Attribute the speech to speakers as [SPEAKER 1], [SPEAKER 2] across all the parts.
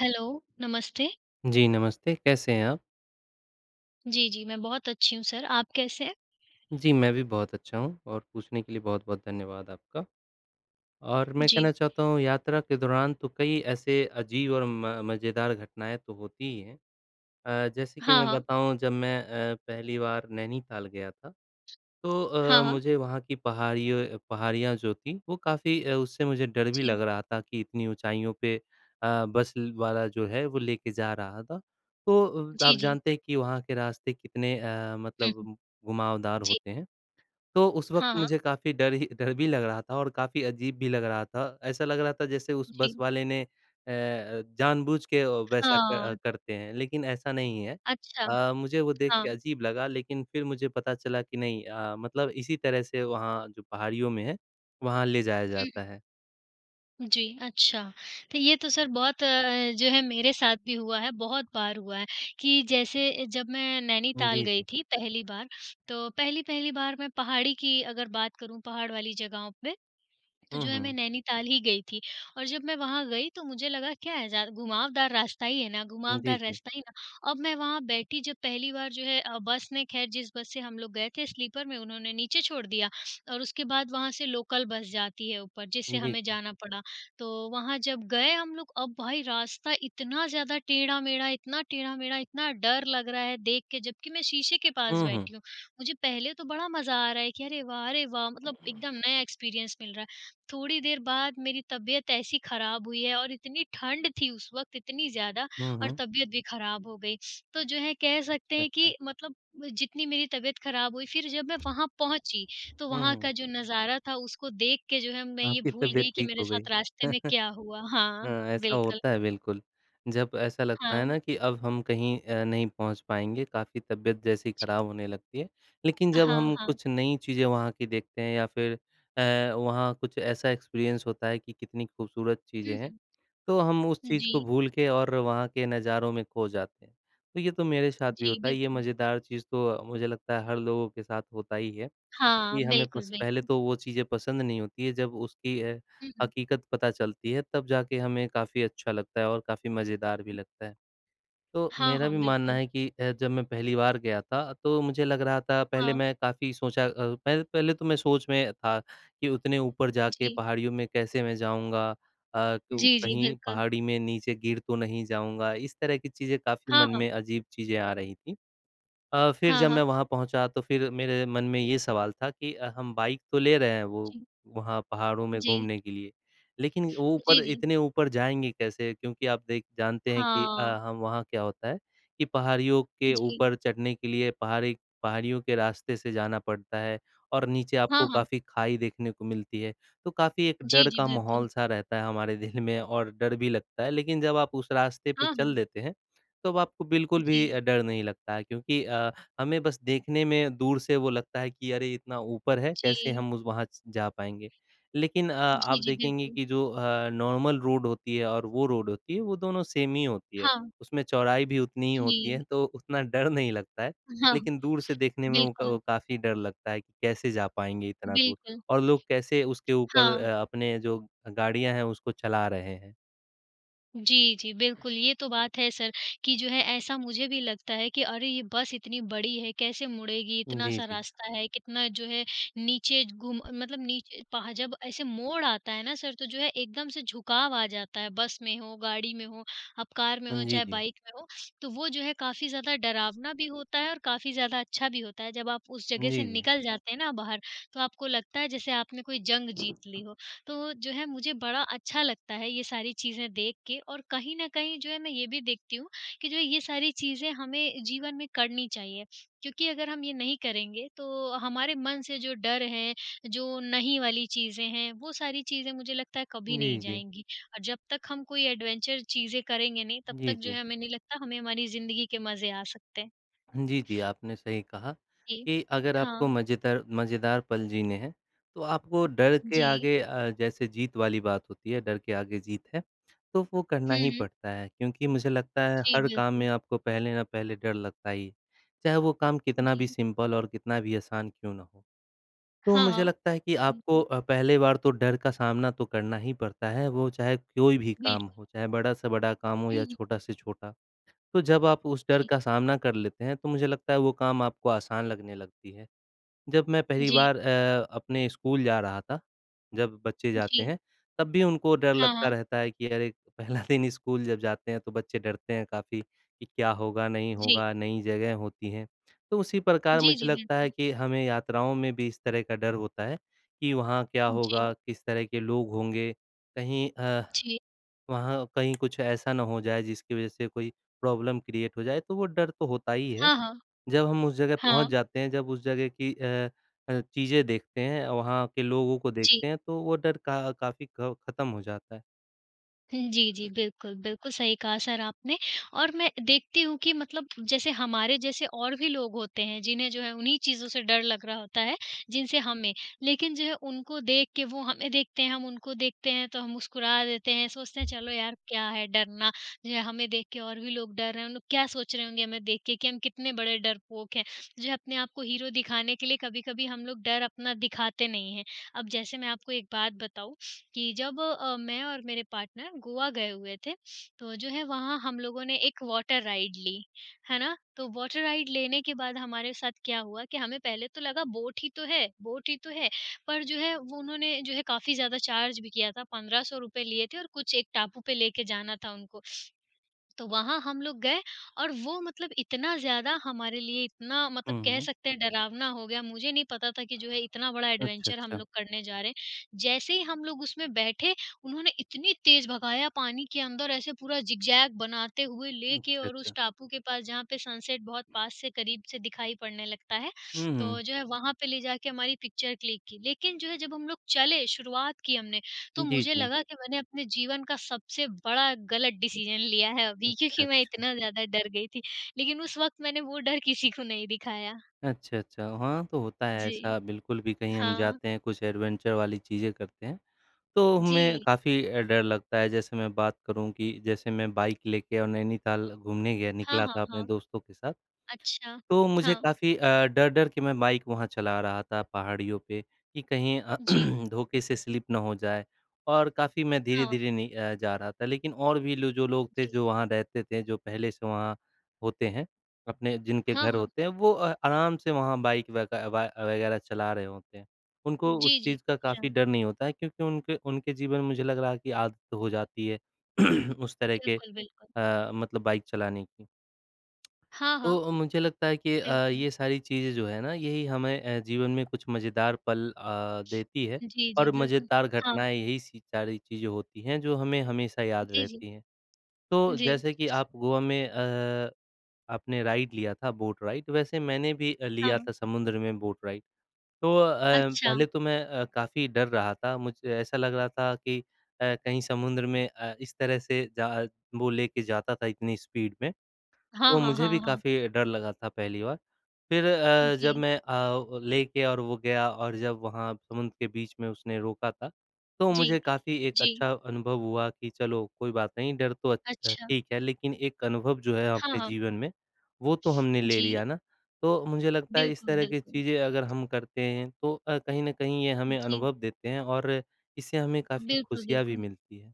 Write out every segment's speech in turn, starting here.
[SPEAKER 1] Hello, नमस्ते।
[SPEAKER 2] जी, नमस्ते, कैसे हैं आप?
[SPEAKER 1] जी, जी, मैं बहुत अच्छी हूँ सर, आप कैसे हैं?
[SPEAKER 2] जी, मैं भी बहुत अच्छा हूँ और पूछने के लिए बहुत-बहुत धन्यवाद आपका। और मैं
[SPEAKER 1] जी।
[SPEAKER 2] कहना चाहता हूँ यात्रा के दौरान तो कई ऐसे अजीब और म मज़ेदार घटनाएँ तो होती ही हैं। जैसे कि
[SPEAKER 1] हाँ,
[SPEAKER 2] मैं
[SPEAKER 1] हाँ।
[SPEAKER 2] बताऊँ जब मैं पहली बार नैनीताल गया था तो
[SPEAKER 1] हाँ, हाँ।
[SPEAKER 2] मुझे वहाँ की पहाड़ियों पहाड़ियाँ जो थी वो काफ़ी उससे मुझे डर भी
[SPEAKER 1] जी।
[SPEAKER 2] लग रहा था कि इतनी ऊँचाइयों पे बस ल वाला जो है वो लेके जा रहा था। तो आप
[SPEAKER 1] जी, जी।
[SPEAKER 2] जानते हैं कि वहाँ के रास्ते कितने
[SPEAKER 1] हुँ, हुँ।
[SPEAKER 2] मतलब घुमावदार
[SPEAKER 1] जी।
[SPEAKER 2] होते हैं। तो उस वक़्त
[SPEAKER 1] हाँ, हाँ।
[SPEAKER 2] मुझे काफ़ी डर भी लग रहा था और काफ़ी अजीब भी लग रहा था। ऐसा लग रहा था जैसे उस
[SPEAKER 1] जी।
[SPEAKER 2] बस वाले ने जानबूझ के वैसा क
[SPEAKER 1] हाँ,
[SPEAKER 2] अ, करते हैं, लेकिन ऐसा नहीं है।
[SPEAKER 1] अच्छा।
[SPEAKER 2] मुझे वो देख
[SPEAKER 1] हाँ।
[SPEAKER 2] के अजीब लगा लेकिन फिर मुझे पता चला कि नहीं मतलब इसी तरह से वहाँ जो पहाड़ियों में है, वहाँ ले जाया
[SPEAKER 1] हुँ,
[SPEAKER 2] जाता
[SPEAKER 1] हुँ।
[SPEAKER 2] है।
[SPEAKER 1] जी, अच्छा। तो ये तो सर बहुत जो है मेरे साथ भी हुआ है, बहुत बार हुआ है कि जैसे जब मैं नैनीताल
[SPEAKER 2] जी,
[SPEAKER 1] गई
[SPEAKER 2] जी।
[SPEAKER 1] थी पहली बार, तो पहली-पहली बार मैं पहाड़ी की अगर बात करूँ, पहाड़ वाली जगहों पे तो
[SPEAKER 2] हुँ,
[SPEAKER 1] जो है मैं
[SPEAKER 2] हुँ।
[SPEAKER 1] नैनीताल ही गई थी और जब मैं वहाँ गई तो मुझे लगा क्या है जा घुमावदार रास्ता ही है ना,
[SPEAKER 2] जी,
[SPEAKER 1] घुमावदार
[SPEAKER 2] जी।
[SPEAKER 1] रास्ता ही ना। अब मैं वहाँ बैठी जब पहली बार जो है बस ने ख़ैर जिस बस से हम लोग गए थे स्लीपर में उन्होंने नीचे छोड़ दिया और उसके बाद वहाँ से लोकल बस जाती है ऊपर जिससे
[SPEAKER 2] जी,
[SPEAKER 1] हमें
[SPEAKER 2] जी।
[SPEAKER 1] जाना पड़ा। तो वहाँ जब गए हम लोग अब भाई रास्ता इतना ज़्यादा टेढ़ा-मेढ़ा, इतना डर लग रहा है देख के जबकि मैं शीशे के पास
[SPEAKER 2] हुँ, हुँ।
[SPEAKER 1] बैठी हूँ। मुझे पहले तो बड़ा मज़ा आ रहा है कि अरे वाह! अरे वाह! मतलब एकदम नया एक्सपीरियंस मिल रहा है। थोड़ी देर बाद मेरी तबीयत ऐसी ख़राब हुई है और इतनी ठंड थी उस वक़्त इतनी ज़्यादा
[SPEAKER 2] हुँ,
[SPEAKER 1] और
[SPEAKER 2] हुँ।
[SPEAKER 1] तबीयत भी ख़राब हो गई। तो जो है कह सकते
[SPEAKER 2] अच्छा,
[SPEAKER 1] हैं
[SPEAKER 2] अच्छा।
[SPEAKER 1] कि मतलब जितनी मेरी तबीयत ख़राब हुई फिर जब मैं वहाँ पहुँची, तो
[SPEAKER 2] हुँ,
[SPEAKER 1] वहाँ
[SPEAKER 2] हुँ।
[SPEAKER 1] का जो नज़ारा था उसको देख के जो है मैं ये
[SPEAKER 2] आपकी
[SPEAKER 1] भूल
[SPEAKER 2] तबीयत
[SPEAKER 1] गई कि
[SPEAKER 2] ठीक
[SPEAKER 1] मेरे
[SPEAKER 2] हो गई।
[SPEAKER 1] साथ रास्ते में क्या हुआ। हाँ,
[SPEAKER 2] हाँ, ऐसा
[SPEAKER 1] बिल्कुल।
[SPEAKER 2] होता है बिल्कुल। जब ऐसा लगता
[SPEAKER 1] हाँ,
[SPEAKER 2] है ना कि अब हम कहीं नहीं पहुँच पाएँगे, काफ़ी तबीयत जैसी
[SPEAKER 1] जी।
[SPEAKER 2] ख़राब होने लगती है। लेकिन जब
[SPEAKER 1] हाँ,
[SPEAKER 2] हम
[SPEAKER 1] हाँ।
[SPEAKER 2] कुछ नई चीज़ें वहाँ की देखते हैं या फिर वहाँ कुछ ऐसा एक्सपीरियंस होता है कि कितनी खूबसूरत चीज़ें
[SPEAKER 1] हुँ,
[SPEAKER 2] हैं,
[SPEAKER 1] हुँ।
[SPEAKER 2] तो हम उस चीज़ को
[SPEAKER 1] जी,
[SPEAKER 2] भूल के और वहाँ के नज़ारों में खो जाते हैं। तो ये तो मेरे साथ भी
[SPEAKER 1] जी,
[SPEAKER 2] होता है, ये
[SPEAKER 1] बिल्कुल।
[SPEAKER 2] मज़ेदार चीज़ तो मुझे लगता है हर लोगों के साथ होता ही है।
[SPEAKER 1] हाँ,
[SPEAKER 2] कि हमें
[SPEAKER 1] बिल्कुल,
[SPEAKER 2] पस पहले
[SPEAKER 1] बिल्कुल।
[SPEAKER 2] तो वो चीज़ें पसंद नहीं होती है, जब उसकी
[SPEAKER 1] हुँ, हुँ।
[SPEAKER 2] हकीकत पता चलती है, तब जाके हमें काफ़ी अच्छा लगता है और काफ़ी मज़ेदार भी लगता है। तो
[SPEAKER 1] हाँ,
[SPEAKER 2] मेरा
[SPEAKER 1] हाँ,
[SPEAKER 2] भी मानना
[SPEAKER 1] बिल्कुल।
[SPEAKER 2] है कि जब मैं पहली बार गया था, तो मुझे लग रहा था
[SPEAKER 1] हाँ,
[SPEAKER 2] पहले पहले तो मैं सोच में था कि उतने ऊपर जाके
[SPEAKER 1] जी।
[SPEAKER 2] पहाड़ियों में कैसे मैं जाऊँगा तो
[SPEAKER 1] जी, जी,
[SPEAKER 2] कहीं
[SPEAKER 1] बिल्कुल।
[SPEAKER 2] पहाड़ी में नीचे गिर तो नहीं जाऊँगा, इस तरह की चीज़ें काफ़ी
[SPEAKER 1] हाँ,
[SPEAKER 2] मन में
[SPEAKER 1] हाँ।
[SPEAKER 2] अजीब चीज़ें आ रही थी। फिर
[SPEAKER 1] हाँ,
[SPEAKER 2] जब
[SPEAKER 1] हाँ।
[SPEAKER 2] मैं वहाँ पहुँचा तो फिर मेरे मन में ये सवाल था कि हम बाइक तो ले रहे हैं वो
[SPEAKER 1] जी,
[SPEAKER 2] वहाँ पहाड़ों में
[SPEAKER 1] जी,
[SPEAKER 2] घूमने के लिए, लेकिन वो ऊपर
[SPEAKER 1] जी, जी।
[SPEAKER 2] इतने ऊपर जाएँगे कैसे? क्योंकि आप देख जानते हैं कि
[SPEAKER 1] हाँ,
[SPEAKER 2] हम वहाँ क्या होता है कि पहाड़ियों के
[SPEAKER 1] जी।
[SPEAKER 2] ऊपर चढ़ने के लिए पहाड़ी पहाड़ियों के रास्ते से जाना पड़ता है और नीचे आपको
[SPEAKER 1] हाँ, हाँ।
[SPEAKER 2] काफ़ी खाई देखने को मिलती है। तो काफ़ी एक
[SPEAKER 1] जी,
[SPEAKER 2] डर
[SPEAKER 1] जी,
[SPEAKER 2] का
[SPEAKER 1] बिल्कुल।
[SPEAKER 2] माहौल-सा रहता है हमारे दिल में और डर भी लगता है, लेकिन जब आप उस रास्ते पे
[SPEAKER 1] हाँ,
[SPEAKER 2] चल
[SPEAKER 1] हाँ।
[SPEAKER 2] देते हैं तो अब आपको बिल्कुल भी
[SPEAKER 1] जी,
[SPEAKER 2] डर नहीं लगता है क्योंकि हमें बस देखने में दूर से वो लगता है कि अरे इतना ऊपर है,
[SPEAKER 1] जी।
[SPEAKER 2] कैसे हम उस वहाँ च जा पाएँगे? लेकिन आप
[SPEAKER 1] जी, जी,
[SPEAKER 2] देखेंगे
[SPEAKER 1] बिल्कुल।
[SPEAKER 2] कि जो नॉर्मल रोड होती है और वो रोड होती है, वो दोनों सेम ही होती है।
[SPEAKER 1] हाँ,
[SPEAKER 2] उसमें चौड़ाई भी उतनी ही
[SPEAKER 1] जी।
[SPEAKER 2] होती है, तो उतना डर नहीं लगता है।
[SPEAKER 1] हाँ,
[SPEAKER 2] लेकिन दूर से देखने में वो
[SPEAKER 1] बिल्कुल,
[SPEAKER 2] क काफ़ी डर लगता है कि कैसे जा पाएँगे इतना दूर?
[SPEAKER 1] बिल्कुल।
[SPEAKER 2] और लोग कैसे उसके ऊपर
[SPEAKER 1] हाँ।
[SPEAKER 2] अपने जो गाड़ियाँ हैं उसको चला रहे हैं?
[SPEAKER 1] जी, जी, बिल्कुल, ये तो बात है सर कि जो है ऐसा मुझे भी लगता है कि अरे! ये बस इतनी बड़ी है, कैसे मुड़ेगी?
[SPEAKER 2] जी,
[SPEAKER 1] इतना-सा
[SPEAKER 2] जी।
[SPEAKER 1] रास्ता है, कितना जो है नीचे घुम मतलब नीचे पहा जब ऐसे मोड़ आता है ना सर, तो जो है एकदम से झुकाव आ जाता है, बस में हो, गाड़ी में हो, आप कार में हो,
[SPEAKER 2] जी,
[SPEAKER 1] चाहे
[SPEAKER 2] जी।
[SPEAKER 1] बाइक में हो, तो वो जो है काफ़ी ज़्यादा डरावना भी होता है और काफ़ी ज़्यादा अच्छा भी होता है। जब आप उस जगह
[SPEAKER 2] जी,
[SPEAKER 1] से
[SPEAKER 2] जी।
[SPEAKER 1] निकल जाते हैं ना बाहर, तो आपको लगता है जैसे आपने कोई जंग जीत ली हो। तो जो है मुझे बड़ा अच्छा लगता है ये सारी चीज़ें देख के और कहीं न कहीं जो है मैं ये भी देखती हूँ कि जो है ये सारी चीज़ें हमें जीवन में करनी चाहिए। क्योंकि अगर हम ये नहीं करेंगे तो हमारे मन से जो डर है, जो नहीं वाली चीज़ें हैं, वो सारी चीज़ें मुझे लगता है कभी
[SPEAKER 2] जी,
[SPEAKER 1] नहीं
[SPEAKER 2] जी।
[SPEAKER 1] जाएँगी। और जब तक हम कोई एडवेंचर चीज़ें करेंगे नहीं तब तक
[SPEAKER 2] जी,
[SPEAKER 1] जो
[SPEAKER 2] जी।
[SPEAKER 1] है हमें नहीं लगता हमें हमारी ज़िंदगी के मज़े आ सकते हैं।
[SPEAKER 2] जी, जी, आपने सही कहा
[SPEAKER 1] जी।
[SPEAKER 2] कि अगर आपको
[SPEAKER 1] हाँ।
[SPEAKER 2] मज़ेदार मज़ेदार पल जीने हैं, तो आपको डर के
[SPEAKER 1] जी।
[SPEAKER 2] आगे जैसे जीत वाली बात होती है, डर के आगे जीत है, तो वो करना
[SPEAKER 1] हुँ,
[SPEAKER 2] ही
[SPEAKER 1] हुँ।
[SPEAKER 2] पड़ता है क्योंकि मुझे लगता है
[SPEAKER 1] जी,
[SPEAKER 2] हर काम
[SPEAKER 1] बिल्कुल।
[SPEAKER 2] में आपको पहले ना पहले डर लगता ही है, चाहे वो काम कितना भी
[SPEAKER 1] जी।
[SPEAKER 2] सिंपल और कितना भी आसान क्यों ना हो। तो
[SPEAKER 1] हाँ,
[SPEAKER 2] मुझे
[SPEAKER 1] हाँ।
[SPEAKER 2] लगता है कि आपको
[SPEAKER 1] बिल्कुल,
[SPEAKER 2] पहले बार तो डर का सामना तो करना ही पड़ता है, वो चाहे कोई भी काम
[SPEAKER 1] बिल्कुल।
[SPEAKER 2] हो, चाहे बड़ा से बड़ा काम हो
[SPEAKER 1] हुँ,
[SPEAKER 2] या
[SPEAKER 1] हुँ।
[SPEAKER 2] छोटा से छोटा। तो जब आप उस डर
[SPEAKER 1] जी।
[SPEAKER 2] का सामना कर लेते हैं, तो मुझे लगता है वो काम आपको आसान लगने लगती है। जब मैं पहली
[SPEAKER 1] जी,
[SPEAKER 2] बार अपने स्कूल जा रहा था, जब बच्चे जाते
[SPEAKER 1] जी।
[SPEAKER 2] हैं, तब भी उनको डर
[SPEAKER 1] हाँ,
[SPEAKER 2] लगता
[SPEAKER 1] हाँ।
[SPEAKER 2] रहता है कि अरे! पहला दिन स्कूल जब जाते हैं तो बच्चे डरते हैं काफ़ी कि क्या होगा, नहीं
[SPEAKER 1] जी।
[SPEAKER 2] होगा, नई जगह होती हैं। तो उसी प्रकार
[SPEAKER 1] जी,
[SPEAKER 2] मुझे
[SPEAKER 1] जी,
[SPEAKER 2] लगता है
[SPEAKER 1] बिल्कुल।
[SPEAKER 2] कि हमें यात्राओं में भी इस तरह का डर होता है कि वहाँ क्या
[SPEAKER 1] जी,
[SPEAKER 2] होगा, किस तरह के लोग होंगे, कहीं अ
[SPEAKER 1] जी।
[SPEAKER 2] वहाँ कहीं कुछ ऐसा ना हो जाए जिसकी वज़ह से कोई प्रॉब्लम क्रिएट हो जाए, तो वो डर तो होता ही है।
[SPEAKER 1] हाँ, हाँ।
[SPEAKER 2] जब हम उस जगह पहुँच
[SPEAKER 1] हाँ,
[SPEAKER 2] जाते हैं, जब उस जगह की चीज़ें देखते हैं, वहाँ के लोगों को
[SPEAKER 1] जी।
[SPEAKER 2] देखते हैं, तो वो डर का काफ़ी ख ख़त्म हो जाता है।
[SPEAKER 1] जी, जी। बिल्कुल, बिल्कुल सही कहा सर आपने और मैं देखती हूँ कि मतलब जैसे हमारे जैसे और भी लोग होते हैं, जिन्हें जो है उन्हीं चीज़ों से डर लग रहा होता है, जिनसे हमें। लेकिन जो है उनको देख के वो हमें देखते हैं, हम उनको देखते हैं तो हम मुस्कुरा देते हैं, सोचते हैं चलो यार क्या है डरना, जो है हमें देख के और भी लोग डर रहे हैं, उन लोग क्या सोच रहे होंगे हमें देख के कि हम कितने बड़े डरपोक हैं। जो है अपने आप को हीरो दिखाने के लिए कभी-कभी हम लोग डर अपना दिखाते नहीं हैं। अब जैसे मैं आपको एक बात बताऊँ कि जब मैं और मेरे पार्टनर गोवा गए हुए थे, तो जो है वहाँ हम लोगों ने एक वाटर राइड ली, है ना? तो वाटर राइड लेने के बाद हमारे साथ क्या हुआ कि हमें पहले तो लगा बोट ही तो है बोट ही तो है, पर जो है वो उन्होंने जो है काफ़ी ज़्यादा चार्ज भी किया था, ₹1500 लिए थे और कुछ एक टापू पे लेके जाना था उनको। तो वहाँ हम लोग गए और वो मतलब इतना ज़्यादा हमारे लिए इतना मतलब
[SPEAKER 2] हुँ,
[SPEAKER 1] कह
[SPEAKER 2] हुँ।
[SPEAKER 1] सकते हैं डरावना हो गया। मुझे नहीं पता था कि जो है इतना बड़ा
[SPEAKER 2] अच्छा,
[SPEAKER 1] एडवेंचर हम
[SPEAKER 2] अच्छा।
[SPEAKER 1] लोग करने जा रहे हैं। जैसे ही हम लोग उसमें बैठे, उन्होंने इतनी तेज़ भगाया पानी के अंदर ऐसे पूरा ज़िगज़ैग बनाते हुए लेके
[SPEAKER 2] अच्छा,
[SPEAKER 1] और उस
[SPEAKER 2] अच्छा।
[SPEAKER 1] टापू के पास जहाँ पे सनसेट बहुत पास से करीब से दिखाई पड़ने लगता है।
[SPEAKER 2] हुँ,
[SPEAKER 1] तो
[SPEAKER 2] हुँ।
[SPEAKER 1] जो है वहाँ पे ले जाके हमारी पिक्चर क्लिक की। लेकिन जो है जब हम लोग चले, शुरुआत की हमने तो
[SPEAKER 2] जी,
[SPEAKER 1] मुझे
[SPEAKER 2] जी।
[SPEAKER 1] लगा कि मैंने अपने जीवन का सबसे बड़ा गलत डिसीजन लिया है अभी
[SPEAKER 2] अच्छा,
[SPEAKER 1] क्योंकि मैं
[SPEAKER 2] अच्छा।
[SPEAKER 1] इतना ज़्यादा डर गई थी। लेकिन उस वक़्त मैंने वो डर किसी को नहीं दिखाया।
[SPEAKER 2] अच्छा, अच्छा। हाँ, तो होता है
[SPEAKER 1] जी।
[SPEAKER 2] ऐसा बिल्कुल भी कहीं हम
[SPEAKER 1] हाँ।
[SPEAKER 2] जाते हैं, कुछ एडवेंचर वाली चीज़ें करते हैं। तो
[SPEAKER 1] जी।
[SPEAKER 2] हमें काफ़ी डर लगता है, जैसे मैं बात करूँ कि जैसे मैं बाइक लेके और नैनीताल घूमने गया
[SPEAKER 1] हाँ,
[SPEAKER 2] निकला
[SPEAKER 1] हाँ,
[SPEAKER 2] था अपने
[SPEAKER 1] हाँ।
[SPEAKER 2] दोस्तों के साथ।
[SPEAKER 1] अच्छा।
[SPEAKER 2] तो मुझे
[SPEAKER 1] हाँ।
[SPEAKER 2] काफ़ी डर-डर के मैं बाइक वहाँ चला रहा था पहाड़ियों पे कि कहीं
[SPEAKER 1] जी।
[SPEAKER 2] धोखे से स्लिप ना हो जाए और काफ़ी मैं
[SPEAKER 1] हाँ।
[SPEAKER 2] धीरे-धीरे जा रहा था। लेकिन और भी लो जो लोग थे,
[SPEAKER 1] जी।
[SPEAKER 2] जो वहाँ रहते थे, जो पहले से वहाँ होते हैं, अपने जिनके
[SPEAKER 1] हाँ,
[SPEAKER 2] घर
[SPEAKER 1] हाँ।
[SPEAKER 2] होते हैं, वो आराम से वहाँ बाइक वग वा वगैरह चला रहे होते हैं। उनको
[SPEAKER 1] जी,
[SPEAKER 2] उस
[SPEAKER 1] जी।
[SPEAKER 2] चीज़ का काफ़ी
[SPEAKER 1] अच्छा।
[SPEAKER 2] डर नहीं होता है क्योंकि उनके उनके जीवन में मुझे लग रहा है कि आदत हो जाती है उस तरह के
[SPEAKER 1] बिल्कुल, बिल्कुल।
[SPEAKER 2] मतलब बाइक चलाने की।
[SPEAKER 1] हाँ, हाँ।
[SPEAKER 2] तो मुझे लगता है कि
[SPEAKER 1] बिल्कुल।
[SPEAKER 2] ये सारी चीज़ें जो है ना, यही हमें जीवन में कुछ मज़ेदार पल देती है
[SPEAKER 1] जी, जी।
[SPEAKER 2] और
[SPEAKER 1] बिल्कुल।
[SPEAKER 2] मज़ेदार
[SPEAKER 1] हाँ।
[SPEAKER 2] घटनाएँ यही सी सारी चीज़ें होती हैं, जो हमें हमेशा याद
[SPEAKER 1] जी, जी।
[SPEAKER 2] रहती हैं। तो
[SPEAKER 1] जी।
[SPEAKER 2] जैसे कि आप गोवा में आपने राइड लिया था, बोट राइड, वैसे मैंने भी
[SPEAKER 1] हाँ,
[SPEAKER 2] लिया
[SPEAKER 1] हाँ।
[SPEAKER 2] था समुद्र में बोट राइड। तो
[SPEAKER 1] अच्छा।
[SPEAKER 2] पहले तो मैं काफ़ी डर रहा था, मुझे ऐसा लग रहा था कि कहीं समुद्र में इस तरह से जा वो लेके जाता था इतनी स्पीड में
[SPEAKER 1] हाँ,
[SPEAKER 2] वो
[SPEAKER 1] हाँ,
[SPEAKER 2] मुझे भी
[SPEAKER 1] हाँ, हाँ।
[SPEAKER 2] काफ़ी डर लगा था पहली बार। फिर जब
[SPEAKER 1] जी।
[SPEAKER 2] मैं लेके और वो गया और जब वहाँ समुद्र के बीच में उसने रोका था, तो
[SPEAKER 1] जी।
[SPEAKER 2] मुझे काफ़ी एक
[SPEAKER 1] जी।
[SPEAKER 2] अच्छा अनुभव हुआ कि चलो कोई बात नहीं,
[SPEAKER 1] अच्छा।
[SPEAKER 2] ठीक है लेकिन एक अनुभव जो है
[SPEAKER 1] हाँ,
[SPEAKER 2] अपने
[SPEAKER 1] हाँ।
[SPEAKER 2] जीवन में, वो तो हमने ले
[SPEAKER 1] जी।
[SPEAKER 2] लिया ना। तो मुझे लगता है इस
[SPEAKER 1] बिल्कुल,
[SPEAKER 2] तरह की
[SPEAKER 1] बिल्कुल।
[SPEAKER 2] चीज़ें अगर हम करते हैं तो कहीं न कहीं ये हमें
[SPEAKER 1] जी,
[SPEAKER 2] अनुभव देते हैं और इससे हमें काफ़ी
[SPEAKER 1] बिल्कुल,
[SPEAKER 2] खुशियाँ भी
[SPEAKER 1] बिल्कुल।
[SPEAKER 2] मिलती है।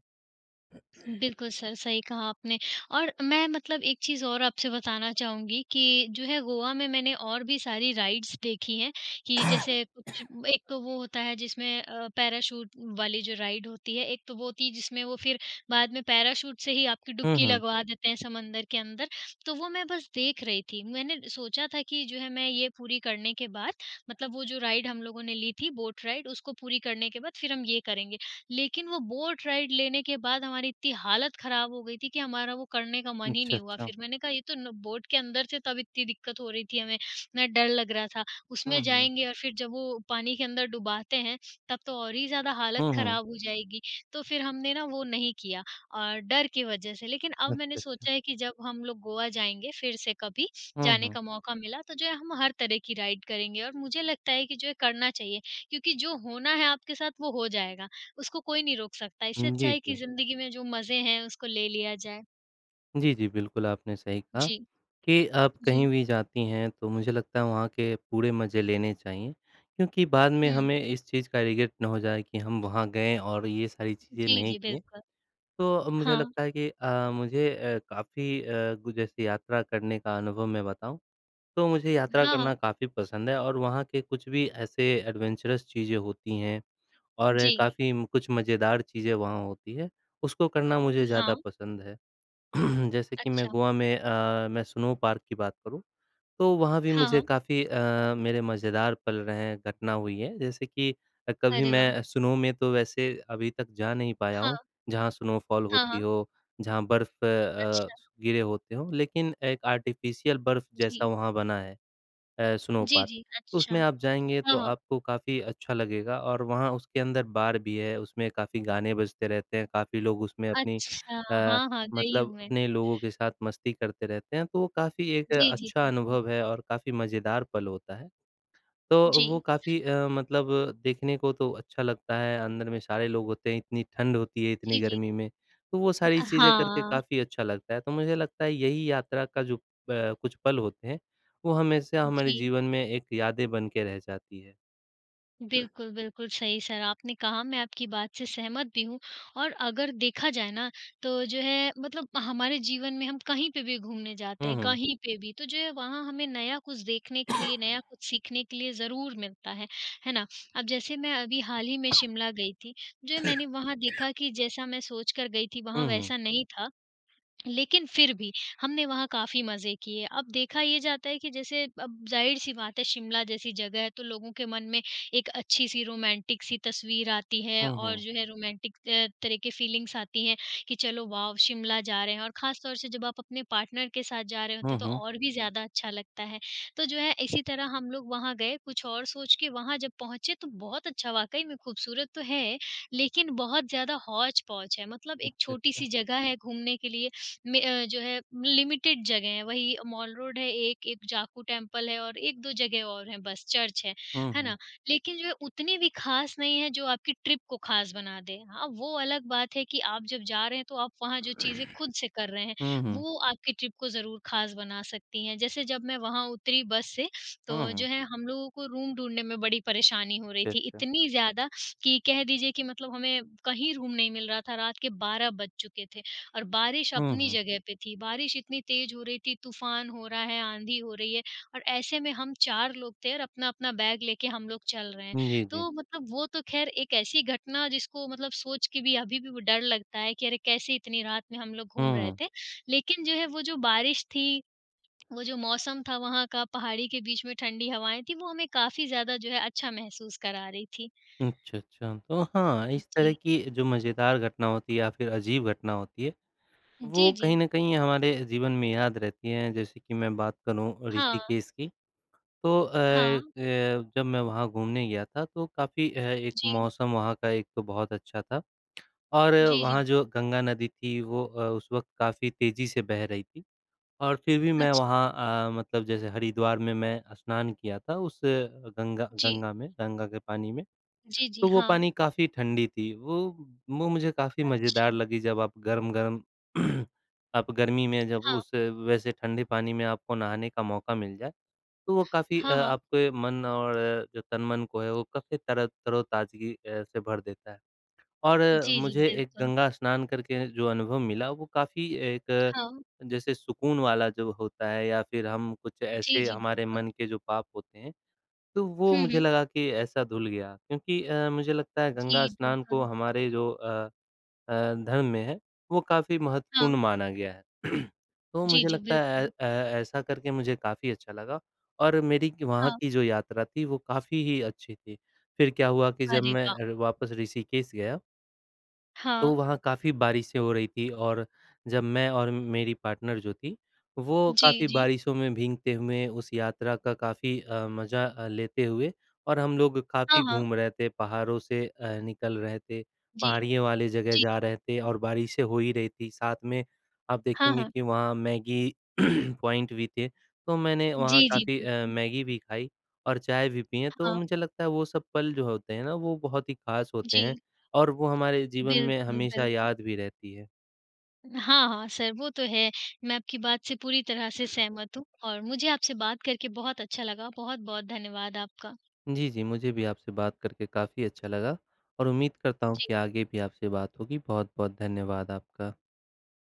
[SPEAKER 1] बिल्कुल सर, सही कहा आपने और मैं मतलब एक चीज़ और आपसे बताना चाहूँगी कि जो है गोवा में मैंने और भी सारी राइड्स देखी हैं कि जैसे कुछ एक तो वो होता है जिसमें पैराशूट वाली जो राइड होती है, एक तो वो थी जिसमें वो फिर बाद में पैराशूट से ही आपकी
[SPEAKER 2] हुँ,
[SPEAKER 1] डुबकी
[SPEAKER 2] हुँ।
[SPEAKER 1] लगवा देते हैं समंदर के अंदर, तो वो मैं बस देख रही थी। मैंने सोचा था कि जो है मैं ये पूरी करने के बाद मतलब वो जो राइड हम लोगों ने ली थी, बोट राइड उसको पूरी करने के बाद फिर हम ये करेंगे। लेकिन वो बोट राइड लेने के बाद हमारी इतनी हालत ख़राब हो गई थी कि हमारा वो करने का मन ही
[SPEAKER 2] अच्छा,
[SPEAKER 1] नहीं हुआ।
[SPEAKER 2] अच्छा।
[SPEAKER 1] फिर मैंने कहा ये तो न बोट के अंदर से तब इतनी दिक्कत हो रही थी हमें, इतना डर लग रहा था।
[SPEAKER 2] हुँ,
[SPEAKER 1] उसमें
[SPEAKER 2] हुँ।
[SPEAKER 1] जाएँगे और फिर जब वो पानी के अंदर डुबाते हैं, तब तो और ही ज़्यादा हालत
[SPEAKER 2] हुँ, हुँ।
[SPEAKER 1] ख़राब हो जाएगी। तो फिर हमने ना वो नहीं किया और डर की वज़ह से। लेकिन अब
[SPEAKER 2] अच्छा,
[SPEAKER 1] मैंने
[SPEAKER 2] अच्छा।
[SPEAKER 1] सोचा है कि जब हम लोग गोवा जाएँगे फिर से कभी,
[SPEAKER 2] हुँ,
[SPEAKER 1] जाने
[SPEAKER 2] हुँ।
[SPEAKER 1] का मौका मिला तो जो है हम हर तरह की राइड करेंगे और मुझे लगता है कि जो है करना चाहिए, क्योंकि जो होना है आपके साथ वो हो जाएगा। उसको कोई नहीं रोक सकता। इससे
[SPEAKER 2] हुँ,
[SPEAKER 1] अच्छा
[SPEAKER 2] जी,
[SPEAKER 1] है कि
[SPEAKER 2] जी।
[SPEAKER 1] ज़िंदगी में जो मज़े हैं उसको ले लिया जाए।
[SPEAKER 2] जी, जी, बिल्कुल आपने सही कहा
[SPEAKER 1] जी,
[SPEAKER 2] कि आप कहीं
[SPEAKER 1] जी।
[SPEAKER 2] भी जाती हैं तो मुझे लगता है वहाँ के पूरे मज़े लेने चाहिए क्योंकि बाद में
[SPEAKER 1] हुँ।
[SPEAKER 2] हमें इस चीज़ का रिग्रेट ना हो जाए कि हम वहाँ गए और ये सारी चीज़ें
[SPEAKER 1] जी,
[SPEAKER 2] नहीं
[SPEAKER 1] जी,
[SPEAKER 2] किए।
[SPEAKER 1] बिल्कुल।
[SPEAKER 2] तो मुझे
[SPEAKER 1] हाँ।
[SPEAKER 2] लगता है कि मुझे काफ़ी गु जैसे यात्रा करने का अनुभव मैं बताऊँ तो मुझे यात्रा
[SPEAKER 1] हाँ,
[SPEAKER 2] करना
[SPEAKER 1] हाँ।
[SPEAKER 2] काफ़ी पसंद है और वहाँ के कुछ भी ऐसे एडवेंचरस चीज़ें होती हैं और
[SPEAKER 1] जी।
[SPEAKER 2] काफ़ी कुछ मज़ेदार चीज़ें वहाँ होती है, उसको करना मुझे ज़्यादा
[SPEAKER 1] हाँ,
[SPEAKER 2] पसंद है। जैसे कि मैं
[SPEAKER 1] अच्छा।
[SPEAKER 2] गोवा में मैं स्नो पार्क की बात करूँ, तो वहाँ भी
[SPEAKER 1] हाँ,
[SPEAKER 2] मुझे
[SPEAKER 1] हाँ।
[SPEAKER 2] काफ़ी मेरे मज़ेदार पल रहे हैं, घटना हुई है। जैसे कि कभी
[SPEAKER 1] अरे वाह!
[SPEAKER 2] मैं स्नो में तो वैसे अभी तक जा नहीं पाया
[SPEAKER 1] हाँ,
[SPEAKER 2] हूँ, जहाँ स्नोफॉल
[SPEAKER 1] हाँ,
[SPEAKER 2] होती
[SPEAKER 1] हाँ।
[SPEAKER 2] हो, जहाँ बर्फ़
[SPEAKER 1] अच्छा।
[SPEAKER 2] गिरे होते हों, लेकिन एक आर्टिफ़िशियल बर्फ़ जैसा
[SPEAKER 1] जी।
[SPEAKER 2] वहाँ बना है। स्नो
[SPEAKER 1] जी,
[SPEAKER 2] पार्क।
[SPEAKER 1] जी।
[SPEAKER 2] तो
[SPEAKER 1] अच्छा।
[SPEAKER 2] उसमें आप जाएँगे तो
[SPEAKER 1] हाँ, हाँ।
[SPEAKER 2] आपको काफ़ी अच्छा लगेगा और वहाँ उसके अंदर बार भी है, उसमें काफ़ी गाने बजते रहते हैं, काफ़ी लोग उसमें अपनी
[SPEAKER 1] अच्छा।
[SPEAKER 2] अ,
[SPEAKER 1] हाँ, हाँ, गई
[SPEAKER 2] मतलब
[SPEAKER 1] हूँ मैं।
[SPEAKER 2] अपने लोगों के साथ मस्ती करते रहते हैं, तो वो काफ़ी एक
[SPEAKER 1] जी, जी,
[SPEAKER 2] अच्छा
[SPEAKER 1] बिल्कुल।
[SPEAKER 2] अनुभव है और काफ़ी मज़ेदार पल होता है। तो
[SPEAKER 1] जी।
[SPEAKER 2] वो काफ़ी मतलब देखने को तो अच्छा लगता है, अंदर में सारे लोग होते हैं, इतनी ठंड होती है, इतनी
[SPEAKER 1] जी, जी।
[SPEAKER 2] गर्मी में, तो वो सारी चीज़ें करके
[SPEAKER 1] हाँ।
[SPEAKER 2] काफ़ी अच्छा लगता है। तो मुझे लगता है यही यात्रा का जो कुछ पल होते हैं, वो हमेशा हमारे
[SPEAKER 1] जी।
[SPEAKER 2] जीवन में एक यादें बन के रह जाती है।
[SPEAKER 1] बिल्कुल, बिल्कुल सही सर आपने कहा मैं आपकी बात से सहमत भी हूँ और अगर देखा जाए ना तो जो है मतलब हमारे जीवन में हम कहीं पे भी घूमने जाते
[SPEAKER 2] हुँ,
[SPEAKER 1] हैं,
[SPEAKER 2] हुँ।
[SPEAKER 1] कहीं पे भी तो जो है वहाँ हमें नया कुछ देखने के लिए, नया कुछ सीखने के लिए ज़रूर मिलता है ना? अब जैसे मैं अभी हाल ही में शिमला गई थी, जो है मैंने वहाँ देखा कि जैसा मैं सोच कर गई थी वहाँ
[SPEAKER 2] हुँ, हुँ।
[SPEAKER 1] वैसा नहीं था लेकिन फिर भी हमने वहाँ काफ़ी मज़े किए। अब देखा ये जाता है कि जैसे अब ज़ाहिर-सी बात है शिमला जैसी जगह है तो लोगों के मन में एक अच्छी-सी रोमांटिक-सी तस्वीर आती है
[SPEAKER 2] हुँ,
[SPEAKER 1] और
[SPEAKER 2] हुँ।
[SPEAKER 1] जो है रोमांटिक तरह के फ़ीलिंग्स आती हैं कि चलो वॉव! शिमला जा रहे हैं और ख़ास तौर से जब आप अपने पार्टनर के साथ जा रहे होते
[SPEAKER 2] हुँ,
[SPEAKER 1] हैं तो
[SPEAKER 2] हुँ।
[SPEAKER 1] और भी ज़्यादा अच्छा लगता है। तो जो है इसी तरह हम लोग वहाँ गए कुछ और सोच के वहाँ जब पहुँचे तो बहुत अच्छा वाक़ई में खूबसूरत तो है, लेकिन बहुत ज़्यादा हौच-पौच है। मतलब एक
[SPEAKER 2] अच्छा, अच्छा।
[SPEAKER 1] छोटी-सी जगह है घूमने के लिए में जो है लिमिटेड जगह है वही मॉल रोड है एक, एक जाकू टेम्पल है और 1-2 जगह और हैं बस चर्च
[SPEAKER 2] हुँ,
[SPEAKER 1] है
[SPEAKER 2] हुँ।
[SPEAKER 1] ना? लेकिन जो है उतनी भी ख़ास नहीं है जो आपकी ट्रिप को ख़ास बना दे। हाँ, वो अलग बात है कि आप जब जा रहे हैं तो आप वहाँ जो चीज़ें खुद से कर रहे हैं,
[SPEAKER 2] हुँ, हुँ।
[SPEAKER 1] वो आपकी ट्रिप को ज़रूर ख़ास बना सकती हैं। जैसे जब मैं वहाँ उतरी बस से तो
[SPEAKER 2] हुँ, हुँ।
[SPEAKER 1] जो है हम लोगों को रूम ढूँढने में बड़ी परेशानी हो रही
[SPEAKER 2] अच्छा,
[SPEAKER 1] थी,
[SPEAKER 2] अच्छा।
[SPEAKER 1] इतनी ज़्यादा कि कह दीजिए कि मतलब हमें कहीं रूम नहीं मिल रहा था, रात के 12 बज चुके थे। और बारिश
[SPEAKER 2] हुँ,
[SPEAKER 1] अपनी
[SPEAKER 2] हुँ।
[SPEAKER 1] जगह पे थी। बारिश इतनी तेज़ हो रही थी, तूफ़ान हो रहा है, आँधी हो रही है और ऐसे में हम 4 लोग थे और अपना-अपना बैग लेके हम लोग चल रहे हैं।
[SPEAKER 2] जी, जी।
[SPEAKER 1] तो मतलब वो तो ख़ैर एक ऐसी घटना जिसको मतलब सोच के भी अभी भी वो डर लगता है कि अरे कैसे इतनी रात में हम लोग घूम
[SPEAKER 2] हुँ,
[SPEAKER 1] रहे
[SPEAKER 2] हुँ।
[SPEAKER 1] थे। लेकिन जो है वो जो बारिश थी, वो जो मौसम था वहाँ का, पहाड़ी के बीच में ठंडी हवाएँ थी, वो हमें काफ़ी ज़्यादा जो है अच्छा महसूस करा रही थी।
[SPEAKER 2] अच्छा, अच्छा। तो हाँ, इस तरह
[SPEAKER 1] जी।
[SPEAKER 2] की जो मज़ेदार घटना होती है या फिर अजीब घटना होती है वो
[SPEAKER 1] जी, जी।
[SPEAKER 2] कहीं न कहीं हमारे जीवन में याद रहती हैं, जैसे कि मैं बात करूँ
[SPEAKER 1] हाँ,
[SPEAKER 2] ऋषिकेश की, तो
[SPEAKER 1] हाँ।
[SPEAKER 2] जब मैं वहाँ घूमने गया था, तो काफ़ी एक
[SPEAKER 1] जी।
[SPEAKER 2] मौसम वहाँ का एक तो बहुत अच्छा था और
[SPEAKER 1] जी,
[SPEAKER 2] वहाँ
[SPEAKER 1] जी।
[SPEAKER 2] जो गंगा नदी थी, वो उस वक़्त काफ़ी तेज़ी से बह रही थी और फिर भी मैं
[SPEAKER 1] अच्छा।
[SPEAKER 2] वहाँ मतलब जैसे हरिद्वार में मैं स्नान किया था उस गंगा
[SPEAKER 1] जी।
[SPEAKER 2] गंगा में, गंगा के पानी में।
[SPEAKER 1] जी, जी,
[SPEAKER 2] तो वो
[SPEAKER 1] हाँ।
[SPEAKER 2] पानी काफ़ी ठंडी थी। वो मुझे काफ़ी मज़ेदार
[SPEAKER 1] अच्छा,
[SPEAKER 2] लगी जब आप गरम-गरम आप गर्मी में जब
[SPEAKER 1] हाँ।
[SPEAKER 2] उस वैसे ठंडे पानी में आपको नहाने का मौका मिल जाए, तो वो काफ़ी
[SPEAKER 1] हाँ, हाँ।
[SPEAKER 2] आपके मन और जो तन-मन को है वो काफ़ी तरह तरोताज़गी से भर देता है। और
[SPEAKER 1] जी, जी,
[SPEAKER 2] मुझे एक
[SPEAKER 1] बिल्कुल।
[SPEAKER 2] गंगा स्नान करके जो अनुभव मिला वो काफ़ी एक
[SPEAKER 1] हाँ।
[SPEAKER 2] जैसे सुकून वाला जो होता है या फिर हम कुछ
[SPEAKER 1] जी,
[SPEAKER 2] ऐसे
[SPEAKER 1] जी,
[SPEAKER 2] हमारे
[SPEAKER 1] बिल्कुल।
[SPEAKER 2] मन के जो पाप होते हैं तो वो
[SPEAKER 1] हुँ,
[SPEAKER 2] मुझे
[SPEAKER 1] हुँ।
[SPEAKER 2] लगा कि ऐसा धुल गया क्योंकि मुझे लगता है
[SPEAKER 1] जी,
[SPEAKER 2] गंगा स्नान को
[SPEAKER 1] बिल्कुल।
[SPEAKER 2] हमारे जो धर्म में है, वो काफ़ी महत्वपूर्ण
[SPEAKER 1] हाँ।
[SPEAKER 2] माना गया है। तो
[SPEAKER 1] जी,
[SPEAKER 2] मुझे
[SPEAKER 1] जी,
[SPEAKER 2] लगता है
[SPEAKER 1] बिल्कुल।
[SPEAKER 2] ऐसा करके मुझे काफ़ी अच्छा लगा और मेरी क वहाँ
[SPEAKER 1] हाँ।
[SPEAKER 2] की जो यात्रा थी, वो काफ़ी ही अच्छी थी। फिर क्या हुआ कि जब
[SPEAKER 1] अरे
[SPEAKER 2] मैं
[SPEAKER 1] वाह!
[SPEAKER 2] वापस ऋषिकेश गया तो
[SPEAKER 1] हाँ।
[SPEAKER 2] वहाँ काफ़ी बारिशें हो रही थी और जब मैं और मेरी पार्टनर जो थी, वो
[SPEAKER 1] जी,
[SPEAKER 2] काफ़ी
[SPEAKER 1] जी।
[SPEAKER 2] बारिशों में भीगते हुए उस यात्रा का काफ़ी मज़ा लेते हुए और हम लोग
[SPEAKER 1] हाँ,
[SPEAKER 2] काफ़ी
[SPEAKER 1] हाँ।
[SPEAKER 2] घूम रहे थे, पहाड़ों से निकल रहे थे,
[SPEAKER 1] जी,
[SPEAKER 2] पहाड़ियों वाले जगह
[SPEAKER 1] जी।
[SPEAKER 2] जा रहे थे और बारिशें हो ही रही थी। साथ में आप
[SPEAKER 1] हाँ,
[SPEAKER 2] देखेंगे
[SPEAKER 1] हाँ।
[SPEAKER 2] कि वहाँ मैगी पॉइंट भी थे, तो मैंने
[SPEAKER 1] जी,
[SPEAKER 2] वहाँ
[SPEAKER 1] जी,
[SPEAKER 2] काफ़ी
[SPEAKER 1] बिल्कुल।
[SPEAKER 2] मैगी भी खाई और चाय भी पिए, तो
[SPEAKER 1] हाँ।
[SPEAKER 2] मुझे लगता है वो सब पल जो होते हैं ना, वो बहुत ही ख़ास होते हैं।
[SPEAKER 1] जी।
[SPEAKER 2] और वो हमारे जीवन में
[SPEAKER 1] बिल्कुल,
[SPEAKER 2] हमेशा
[SPEAKER 1] बिल्कुल।
[SPEAKER 2] याद भी रहती है।
[SPEAKER 1] हाँ, हाँ, सर वो तो है। मैं आपकी बात से पूरी तरह से सहमत हूँ और मुझे आपसे बात करके बहुत अच्छा लगा। बहुत-बहुत धन्यवाद आपका।
[SPEAKER 2] जी, जी, मुझे भी आपसे बात करके काफ़ी अच्छा लगा और उम्मीद करता हूँ
[SPEAKER 1] जी।
[SPEAKER 2] कि आगे भी आपसे बात होगी। बहुत-बहुत धन्यवाद आपका।